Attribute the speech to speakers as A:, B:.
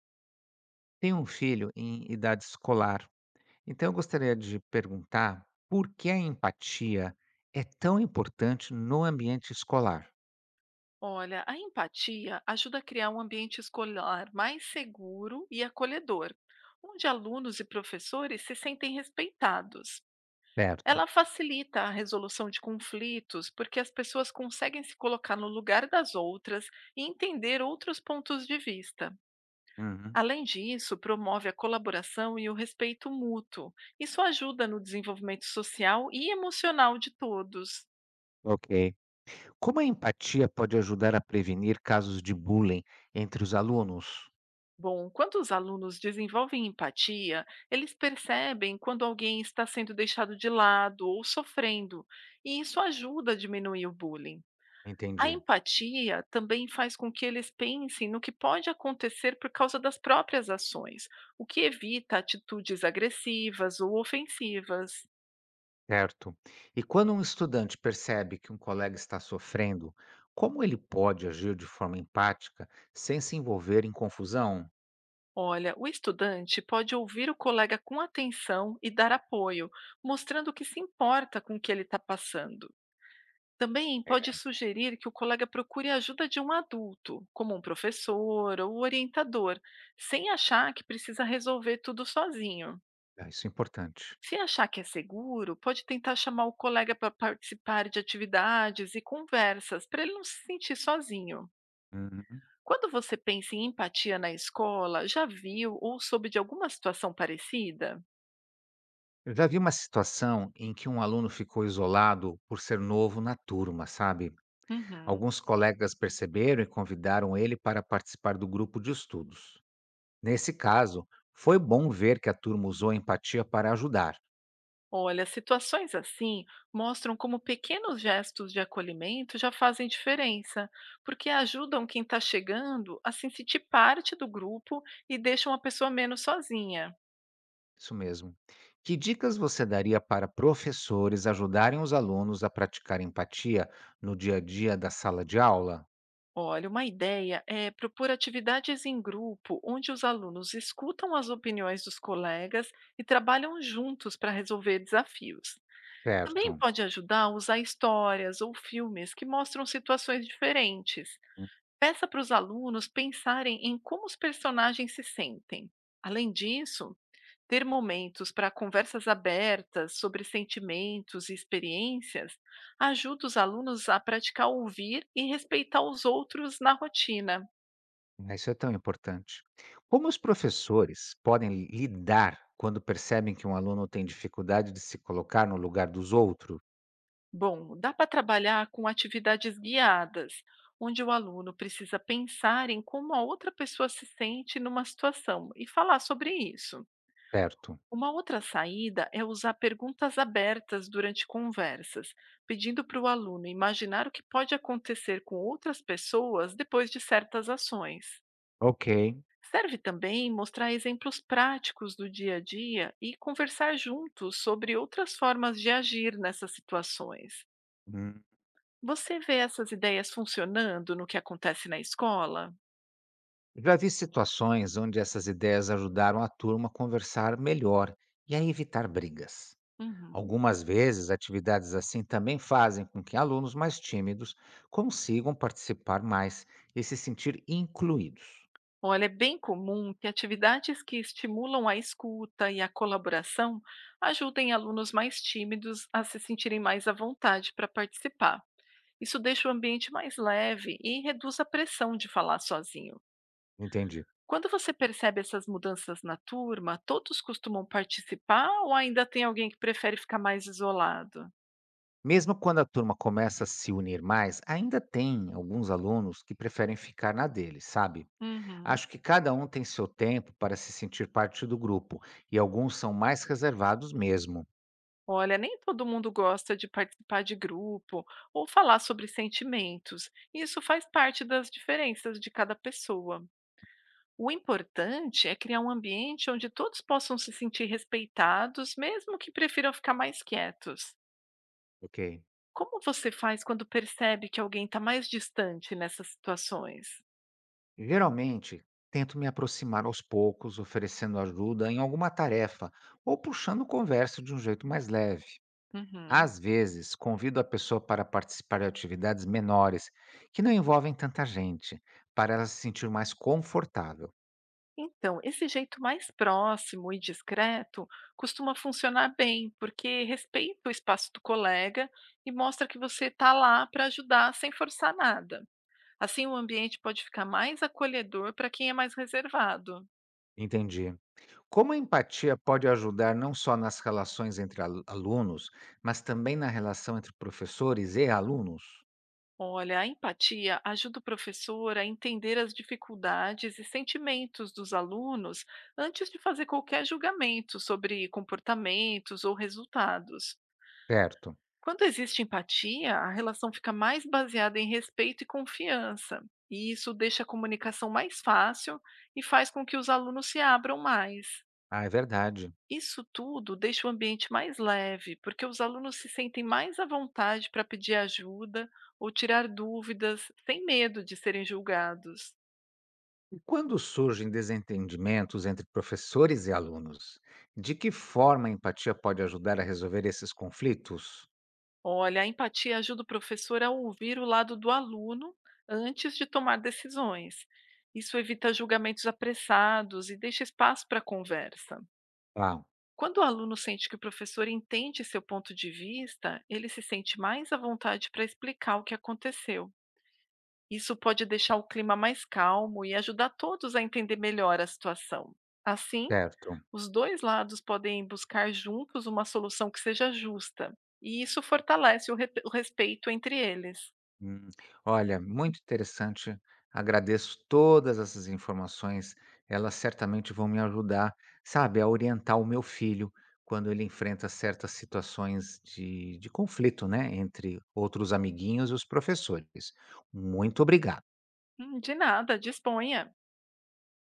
A: Tenho um filho em idade escolar, então eu gostaria de perguntar por que a empatia é tão importante no ambiente escolar,
B: Olha, a empatia ajuda a criar um ambiente escolar mais seguro e acolhedor, onde alunos e professores se sentem respeitados.
A: certo?
B: Ela facilita a resolução de conflitos porque as pessoas conseguem se colocar no lugar das outras e entender outros pontos de vista.
A: Uhum.
B: Além disso, promove a colaboração e o respeito mútuo. Isso ajuda no desenvolvimento social e emocional de todos.
A: Ok. Como a empatia pode ajudar a prevenir casos de bullying entre os alunos?
B: Bom, quando os alunos desenvolvem empatia, eles percebem quando alguém está sendo deixado de lado ou sofrendo, e isso ajuda a diminuir o bullying. A
A: Entendi.
B: empatia também faz com que eles pensem no que pode acontecer por causa das próprias ações, o que evita atitudes agressivas ou ofensivas.
A: Certo. E quando um estudante percebe que um colega está sofrendo, como ele pode agir de forma empática sem se envolver em confusão?
B: Olha, o estudante pode ouvir o colega com atenção e dar apoio, mostrando que se importa com o que ele está passando. Também pode sugerir que o colega procure a ajuda de um adulto, como um professor ou orientador, sem achar que precisa resolver tudo sozinho.
A: É, isso é importante.
B: Se achar que é seguro, pode tentar chamar o colega para participar de atividades e conversas, para ele não se sentir sozinho.
A: Uhum.
B: Quando você pensa em empatia na escola, já viu ou soube de alguma situação parecida?
A: Eu já vi uma situação em que um aluno ficou isolado por ser novo na turma, sabe?
B: Uhum.
A: Alguns colegas perceberam e convidaram ele para participar do grupo de estudos. Nesse caso, foi bom ver que a turma usou a empatia para ajudar.
B: Olha, situações assim mostram como pequenos gestos de acolhimento já fazem diferença, porque ajudam quem está chegando a se sentir parte do grupo e deixam a pessoa menos sozinha.
A: Isso mesmo. Que dicas você daria para professores ajudarem os alunos a praticar empatia no dia a dia da sala de aula?
B: Olha, uma ideia é propor atividades em grupo, onde os alunos escutam as opiniões dos colegas e trabalham juntos para resolver desafios. Também
A: Certo.
B: pode ajudar a usar histórias ou filmes que mostram situações diferentes. Peça para os alunos pensarem em como os personagens se sentem. Além disso, ter momentos para conversas abertas sobre sentimentos e experiências ajuda os alunos a praticar ouvir e respeitar os outros na rotina.
A: Ah, isso é tão importante. Como os professores podem lidar quando percebem que um aluno tem dificuldade de se colocar no lugar dos outros,
B: Bom, dá para trabalhar com atividades guiadas, onde o aluno precisa pensar em como a outra pessoa se sente numa situação e falar sobre isso.
A: certo?
B: Uma outra saída é usar perguntas abertas durante conversas, pedindo para o aluno imaginar o que pode acontecer com outras pessoas depois de certas ações.
A: Ok.
B: Serve também mostrar exemplos práticos do dia a dia e conversar juntos sobre outras formas de agir nessas situações.
A: Hum.
B: Você vê essas ideias funcionando no que acontece na escola?
A: Já vi situações onde essas ideias ajudaram a turma a conversar melhor e a evitar brigas.
B: Uhum.
A: Algumas vezes, atividades assim também fazem com que alunos mais tímidos consigam participar mais e se sentir incluídos.
B: Olha, é bem comum que atividades que estimulam a escuta e a colaboração ajudem alunos mais tímidos a se sentirem mais à vontade para participar. Isso deixa o ambiente mais leve e reduz a pressão de falar sozinho.
A: Entendi.
B: Quando você percebe essas mudanças na turma, todos costumam participar ou ainda tem alguém que prefere ficar mais isolado?
A: Mesmo quando a turma começa a se unir mais, ainda tem alguns alunos que preferem ficar na deles, sabe?
B: Uhum.
A: Acho que cada um tem seu tempo para se sentir parte do grupo e alguns são mais reservados mesmo,
B: Olha, nem todo mundo gosta de participar de grupo ou falar sobre sentimentos. Isso faz parte das diferenças de cada pessoa. O importante é criar um ambiente onde todos possam se sentir respeitados, mesmo que prefiram ficar mais quietos.
A: ok?
B: Como você faz quando percebe que alguém está mais distante nessas situações?
A: Geralmente, tento me aproximar aos poucos, oferecendo ajuda em alguma tarefa ou puxando conversa de um jeito mais leve.
B: Uhum.
A: Às vezes, convido a pessoa para participar de atividades menores, que não envolvem tanta gente, para ela se sentir mais confortável.
B: Então, esse jeito mais próximo e discreto costuma funcionar bem, porque respeita o espaço do colega e mostra que você está lá para ajudar sem forçar nada. Assim, o ambiente pode ficar mais acolhedor para quem é mais reservado.
A: Entendi. Como a empatia pode ajudar não só nas relações entre alunos, mas também na relação entre professores e alunos?
B: Olha, a empatia ajuda o professor a entender as dificuldades e sentimentos dos alunos antes de fazer qualquer julgamento sobre comportamentos ou resultados.
A: Certo.
B: Quando existe empatia, a relação fica mais baseada em respeito e confiança. E isso deixa a comunicação mais fácil e faz com que os alunos se abram mais.
A: Ah, é verdade.
B: Isso tudo deixa o ambiente mais leve, porque os alunos se sentem mais à vontade para pedir ajuda ou tirar dúvidas, sem medo de serem julgados.
A: E quando surgem desentendimentos entre professores e alunos, de que forma a empatia pode ajudar a resolver esses conflitos?
B: Olha, a empatia ajuda o professor a ouvir o lado do aluno antes de tomar decisões. Isso evita julgamentos apressados e deixa espaço para conversa.
A: Ah,
B: Quando o aluno sente que o professor entende seu ponto de vista, ele se sente mais à vontade para explicar o que aconteceu. Isso pode deixar o clima mais calmo e ajudar todos a entender melhor a situação. Assim,
A: certo.
B: os dois lados podem buscar juntos uma solução que seja justa, e isso fortalece o respeito entre eles.
A: Hum, olha, muito interessante. Agradeço todas essas informações. Elas certamente vão me ajudar, sabe, a orientar o meu filho quando ele enfrenta certas situações de conflito, né, entre outros amiguinhos e os professores. Muito obrigado.
B: De nada, disponha.